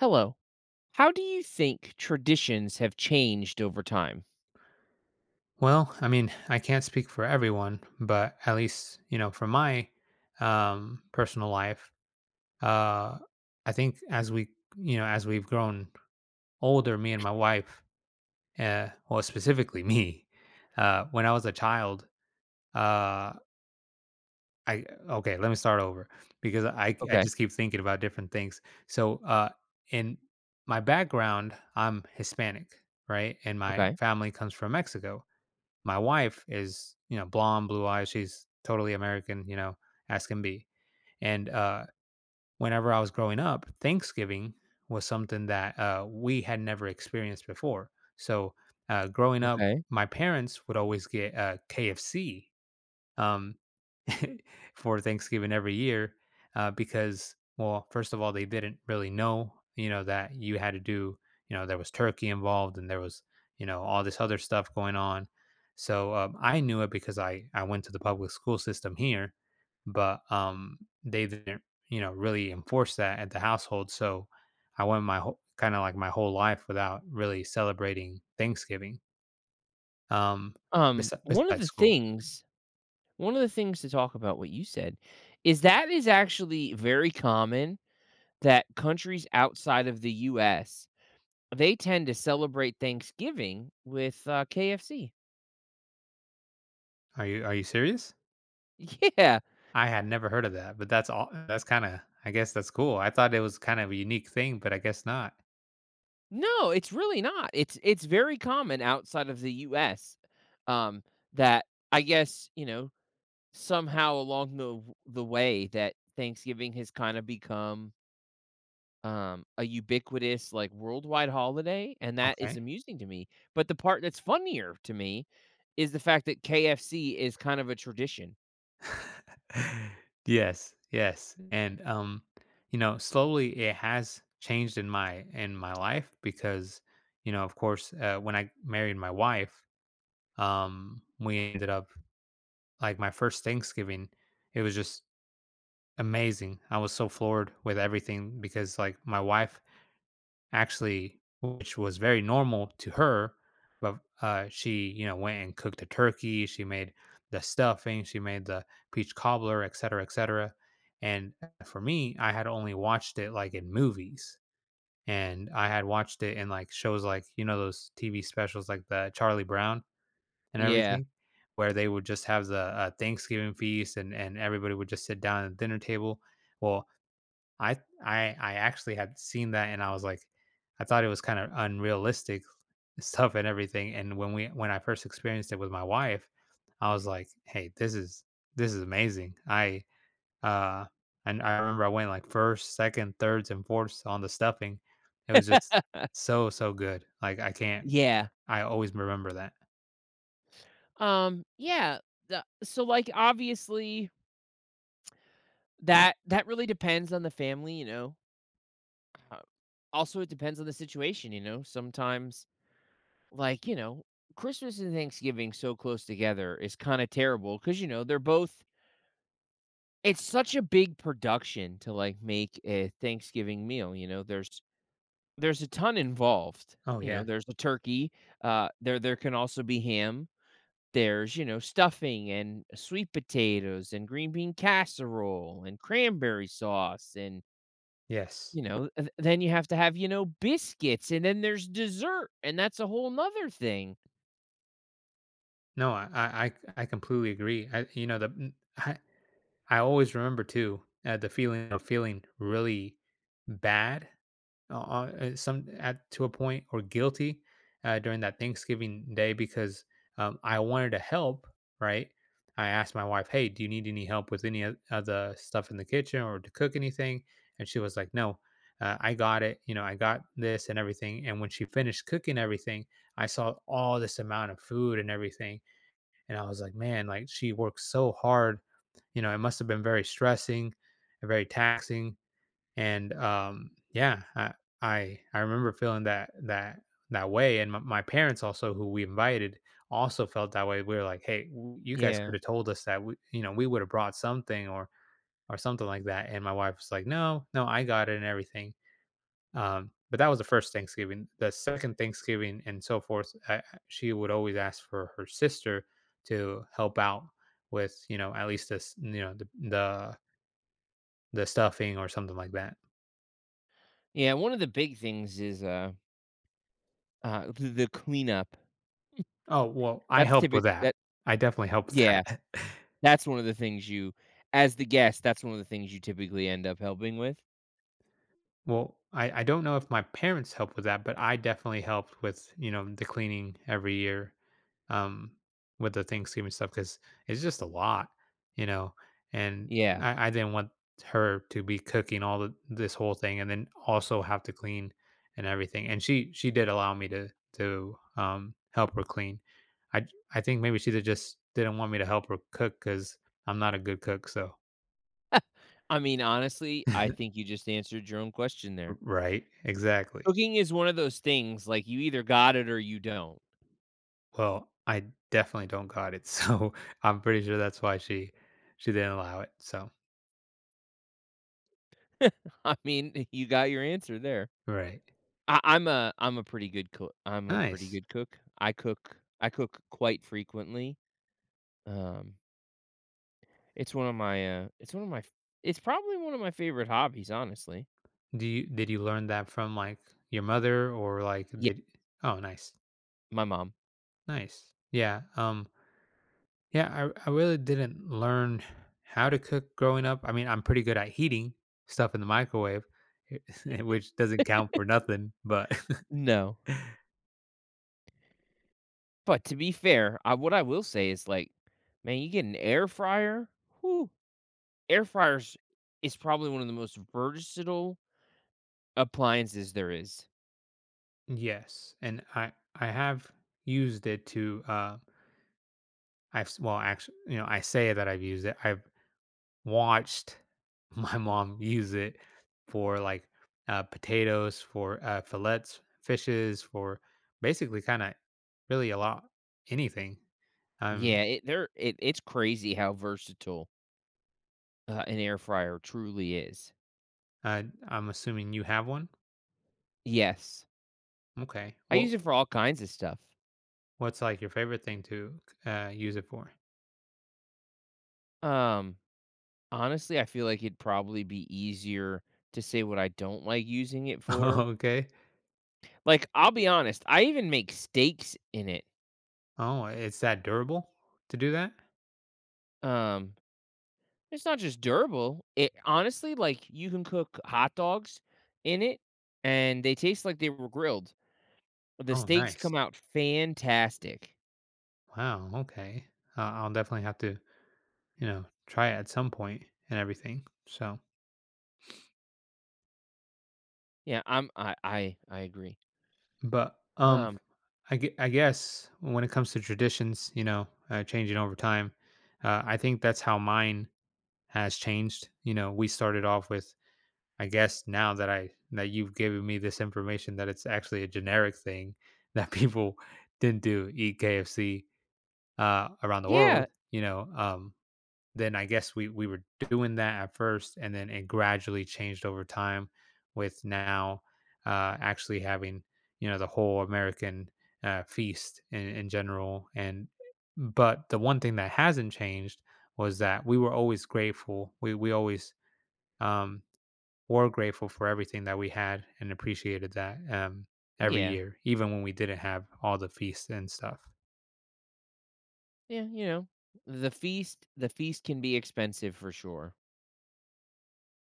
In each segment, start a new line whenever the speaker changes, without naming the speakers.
Hello. How do you think traditions have changed over time?
Well, I mean, I can't speak for everyone, but at least, you know, for my personal life, uh I think as we, you know, as we've grown older, me and my wife, well, specifically me, when I was a child, uh I okay, let me start over because I
Okay.
just keep thinking about different things. So, in my background, I'm Hispanic, right? And my
Okay.
family comes from Mexico. My wife is, you know, blonde, blue eyes. She's totally American, you know, as can be. And whenever I was growing up, Thanksgiving was something that we had never experienced before. So growing up,
Okay.
my parents would always get KFC. Um, for Thanksgiving every year because, well, first of all, they didn't really know, you know, that you had to do, you know, there was turkey involved and there was, you know, all this other stuff going on. So I knew it because I went to the public school system here, but they didn't, you know, really enforce that at the household. So I went my whole kind of like my whole life without really celebrating Thanksgiving. Um,
One of
Besides
the
school.
things one of the things to talk about what you said is that is actually very common that countries outside of the US, they tend to celebrate Thanksgiving with KFC.
Are you serious?
Yeah.
I had never heard of that, but that's all that's kinda I guess that's cool. I thought it was kind of a unique thing, but I guess not.
No, it's really not. It's very common outside of the US. Um that I guess, you know, somehow along the way that Thanksgiving has kind of become a ubiquitous like worldwide holiday, and that is
Okay.
amusing to me. But the part that's funnier to me is the fact that KFC is kind of a tradition.
Yes, yes, and, you know, slowly it has changed in my life because, you know, of course, when I married my wife, we ended up like, my first Thanksgiving, it was just amazing. I was so floored with everything because, like, my wife actually, which was very normal to her. But she, you know, went and cooked the turkey. She made the stuffing. She made the peach cobbler, et cetera, et cetera. And for me, I had only watched it like in movies, and I had watched it in like shows like you know those TV specials like the Charlie Brown and
Yeah.
everything, where they would just have the Thanksgiving feast and everybody would just sit down at the dinner table. Well, I I actually had seen that and I was like, I thought it was kind of unrealistic stuff and everything. And when I first experienced it with my wife, I was like, hey, this is amazing. I uh and I remember I went like first, second, thirds, and fourths on the stuffing. It was just so so good. Like I can't.
Yeah.
I always remember that.
Yeah, so like obviously that really depends on the family, you know. Uh, Also it depends on the situation, you know. Sometimes like, you know, Christmas and Thanksgiving so close together is kind of terrible because, you know, they're both, it's such a big production to like make a Thanksgiving meal. You know, there's a ton involved.
Oh
You know,
yeah.
there's a turkey. There, there can also be ham. There's, you know, stuffing and sweet potatoes and green bean casserole and cranberry sauce. And,
Yes.
you know, then you have to have, you know, biscuits and then there's dessert. And that's a whole nother thing.
No, I completely agree. I you know the I always remember too, the feeling of feeling really bad, some at to a point or guilty during that Thanksgiving day because I wanted to help. Right, I asked my wife, "Hey, do you need any help with any of the stuff in the kitchen or to cook anything?" And she was like, "No." I got it, you know. I got this and everything. And when she finished cooking everything, I saw all this amount of food and everything and I was like, man, like she worked so hard. You know, it must have been very stressing and very taxing. And yeah, I remember feeling that way. And my parents also, who we invited, also felt that way. We were like, hey, w- you guys could
Yeah.
have told us that we, you know, we would have brought something or something like that. And my wife was like, no, no, I got it and everything. But that was the first Thanksgiving. The second Thanksgiving and so forth, she would always ask for her sister to help out with, you know, at least this, you know, the stuffing or something like that.
Yeah, one of the big things is, the cleanup.
Oh well, I
That's
helped with
typical.
that.
That
I definitely helped with
yeah,
that.
that's one of the things you as the guest, that's one of the things you typically end up helping with.
Well, I don't know if my parents helped with that, but I definitely helped with, you know, the cleaning every year, um, with the Thanksgiving stuff because it's just a lot, you know. And
Yeah.
I didn't want her to be cooking all this whole thing and then also have to clean and everything. And she did allow me to help her clean. I I think maybe she did just didn't want me to help her cook because I'm not a good cook. So
I mean, honestly, I think you just answered your own question there.
right, exactly.
Cooking is one of those things, like, you either got it or you don't.
Well, I definitely don't got it, so I'm pretty sure that's why she didn't allow it, so
I mean, you got your answer there.
right.
I'm a pretty good cook, I'm a pretty
Nice.
good cook. I cook quite frequently, um it's one of my, it's one of my f it's probably one of my favorite hobbies, honestly.
Do you did you learn that from, like, your mother or, like,
Yeah,
did. Oh, nice.
my mom.
Nice. Yeah, yeah, I really didn't learn how to cook growing up. I mean, I'm pretty good at heating stuff in the microwave, which doesn't count for nothing, but
No. But to be fair, I what I will say is, like, man, you get an air fryer, whoo! Air fryers is probably one of the most versatile appliances there is.
yes, and I have used it to, I've s well, actually, you know, I say that I've used it. I've watched my mom use it for like potatoes, for fillets, fishes, for basically kind of really a lot anything. Um,
Yeah, it they're it it's crazy how versatile, an air fryer truly is.
I'm assuming you have one.
Yes.
Okay.
I
Well,
use it for all kinds of stuff.
what's like your favorite thing to use it for?
Um Honestly, I feel like it'd probably be easier to say what I don't like using it for.
Okay.
Like, I'll be honest, I even make steaks in it.
Oh, it's that durable to do that.
Um, it's not just durable. It honestly, like, you can cook hot dogs in it, and they taste like they were grilled. The
Oh,
steaks
nice.
come out fantastic.
Wow. Okay. I'll definitely have to, you know, try it at some point and everything. So.
Yeah, I'm I agree.
But,
Um,
I guess when it comes to traditions, you know, changing over time, I think that's how mine has changed. You know, we started off with I guess now that I that you've given me this information that it's actually a generic thing that people didn't do, eat KFC, around the
yeah,
world, you know, then I guess we were doing that at first, and then it gradually changed over time, with now actually having you know the whole American feast in general. And but the one thing that hasn't changed was that we were always grateful. We always um, were grateful for everything that we had and appreciated that every
yeah,
year, even when we didn't have all the feasts and stuff.
yeah, you know, the feast can be expensive for sure.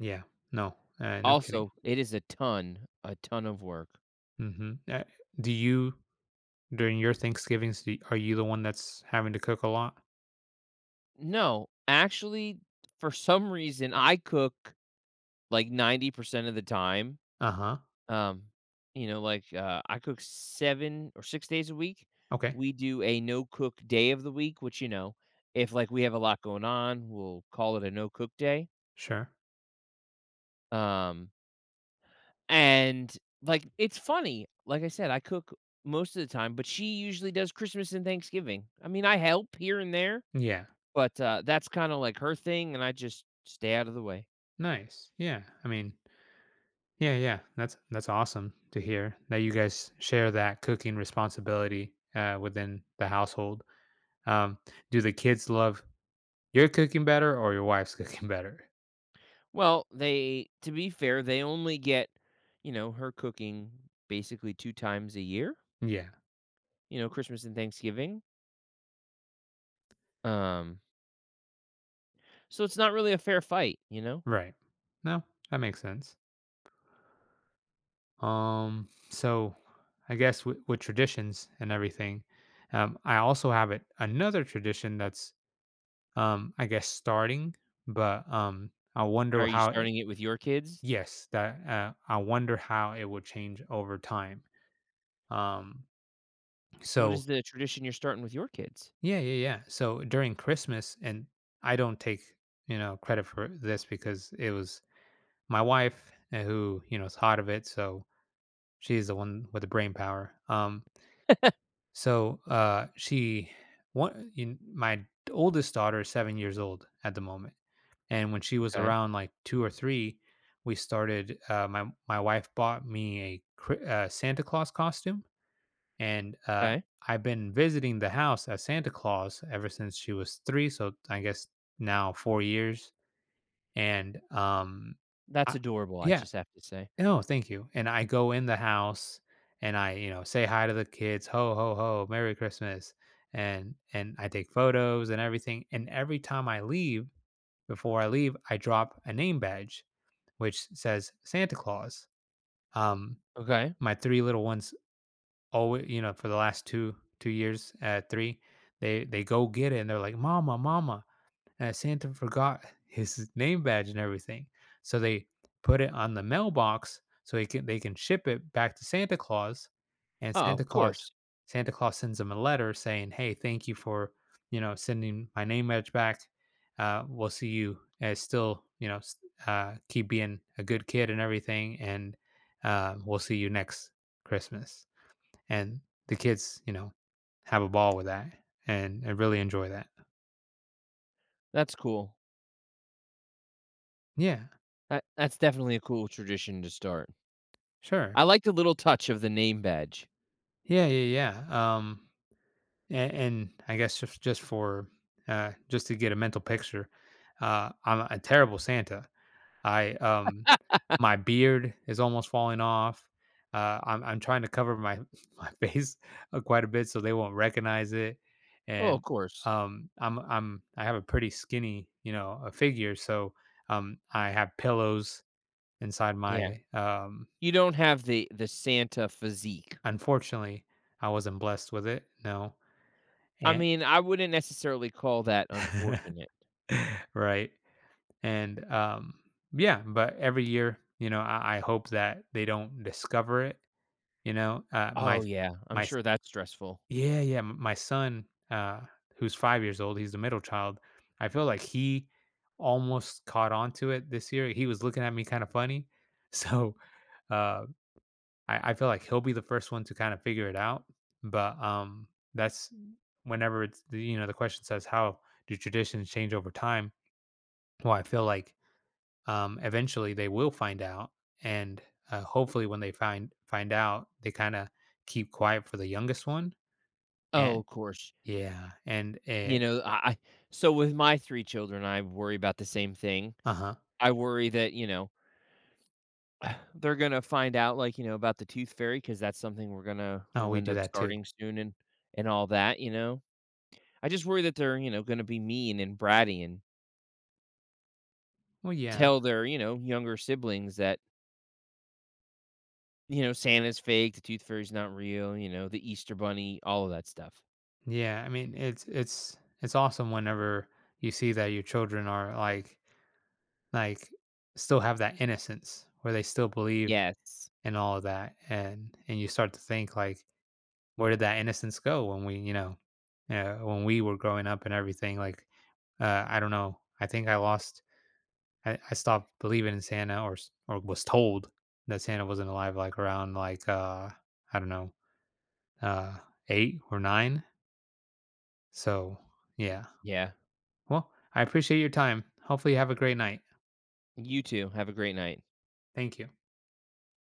Yeah, no, no kidding.
Also, it is a ton of work.
Hmm do you During your Thanksgivings, do are you the one that's having to cook a lot?
No, actually, for some reason, I cook like 90% of the time.
Uh-huh.
Um, you know, like I cook seven or six days a week.
Okay.
We do a no cook day of the week, which, you know, if like we have a lot going on, we'll call it a no cook day.
Sure.
Um, and like it's funny. Like I said, I cook most of the time, but she usually does Christmas and Thanksgiving. I mean, I help here and there,
Yeah.
but that's kind of like her thing, and I just stay out of the way.
Nice. Yeah. I mean, yeah, yeah. That's awesome to hear that you guys share that cooking responsibility within the household. Um, do the kids love your cooking better or your wife's cooking better?
Well, they to be fair, they only get, you know, her cooking basically 2 times a year,
Yeah.
you know, Christmas and Thanksgiving. Um, so it's not really a fair fight, you know?
Right. No, that makes sense. So I guess with, traditions and everything, I also have it another tradition that's I guess starting, but I wonder
Are you
how it,
starting it with your kids?
yes, that I wonder how it will change over time. Um,
What is
so
the tradition you're starting with your kids?
yeah, yeah, yeah. So during Christmas, and I don't take you know credit for this because it was my wife who you know is hot of it, so she's the one with the brain power. So my oldest daughter is 7 years old at the moment. And when she was
Okay,
around like 2 or 3, we started, my wife bought me a Chri Santa Claus costume, and,
okay.
I've been visiting the house as Santa Claus ever since she was 3, so I guess now 4 years, and,
That's
I
adorable, I
yeah.
just have to say.
No, thank you, and I go in the house and I, you know, say hi to the kids, "Ho, ho, ho, Merry Christmas," and I take photos and everything, and every time I leave, before I leave, I drop a name badge which says Santa Claus. Um,
Okay.
my three little ones, always, you know, for the last two two years at three, they go get it and they're like, "Mama, mama!" and Santa forgot his name badge and everything. So they put it on the mailbox so he can they can ship it back to Santa Claus, and
Oh,
Santa
of
Claus
course.
Santa Claus sends him a letter saying, "Hey, thank you for you know sending my name badge back. We'll see you as still you know s- keep being a good kid and everything, and we'll see you next Christmas." And the kids, you know, have a ball with that and really enjoy that.
That's cool.
Yeah,
That that's definitely a cool tradition to start.
sure.
I like the little touch of the name badge.
Yeah, yeah, yeah. And I guess just to get a mental picture, I'm a terrible Santa. I My beard is almost falling off. I'm trying to cover my my face quite a bit so they won't recognize it,
Oh, of
and
course.
I have a pretty skinny a figure, so I have pillows inside
Yeah.
my.
You don't have the Santa physique.
Unfortunately, I wasn't blessed with it. No,
I
and
mean, I wouldn't necessarily call that unfortunate.
right. And yeah, but every year, you know, I hope that they don't discover it. You know,
Oh, yeah, I'm
my s-
sure that's stressful.
yeah, yeah, my son, uh, who's 5 years old, he's the middle child. I feel like he almost caught on to it this year. He was looking at me kind of funny. So uh I feel like he'll be the first one to kind of figure it out. But that's whenever you know, the question says how do traditions change over time? Well, I feel like eventually they will find out and hopefully when they find out they kind of keep quiet for the youngest one
Oh,
and
of course.
yeah and
You
it,
know, I so with my 3 children, I worry about the same thing.
uh-huh.
I worry that, you know, they're gonna find out, like, you know, about the tooth fairy because that's something we're gonna
Oh,
we'll
we
end
do
up
that too.
starting soon and all that, you know? I just worry that they're, you know, gonna be mean and bratty and
Well, yeah.
tell their, you know, younger siblings that, you know, Santa's fake, the tooth fairy's not real, you know, the Easter bunny, all of that stuff.
Yeah, I mean, it's awesome whenever you see that your children are like still have that innocence where they still believe
Yes.
in all of that and you start to think like where did that innocence go when we, you know, when we were growing up and everything? Like, I don't know. I think I lost. I stopped believing in Santa, or s- or was told that Santa wasn't alive. Like around like I don't know, uh, eight or nine. So yeah.
Yeah.
Well, I appreciate your time. Hopefully, you have a great night.
You too. Have a great night.
Thank you.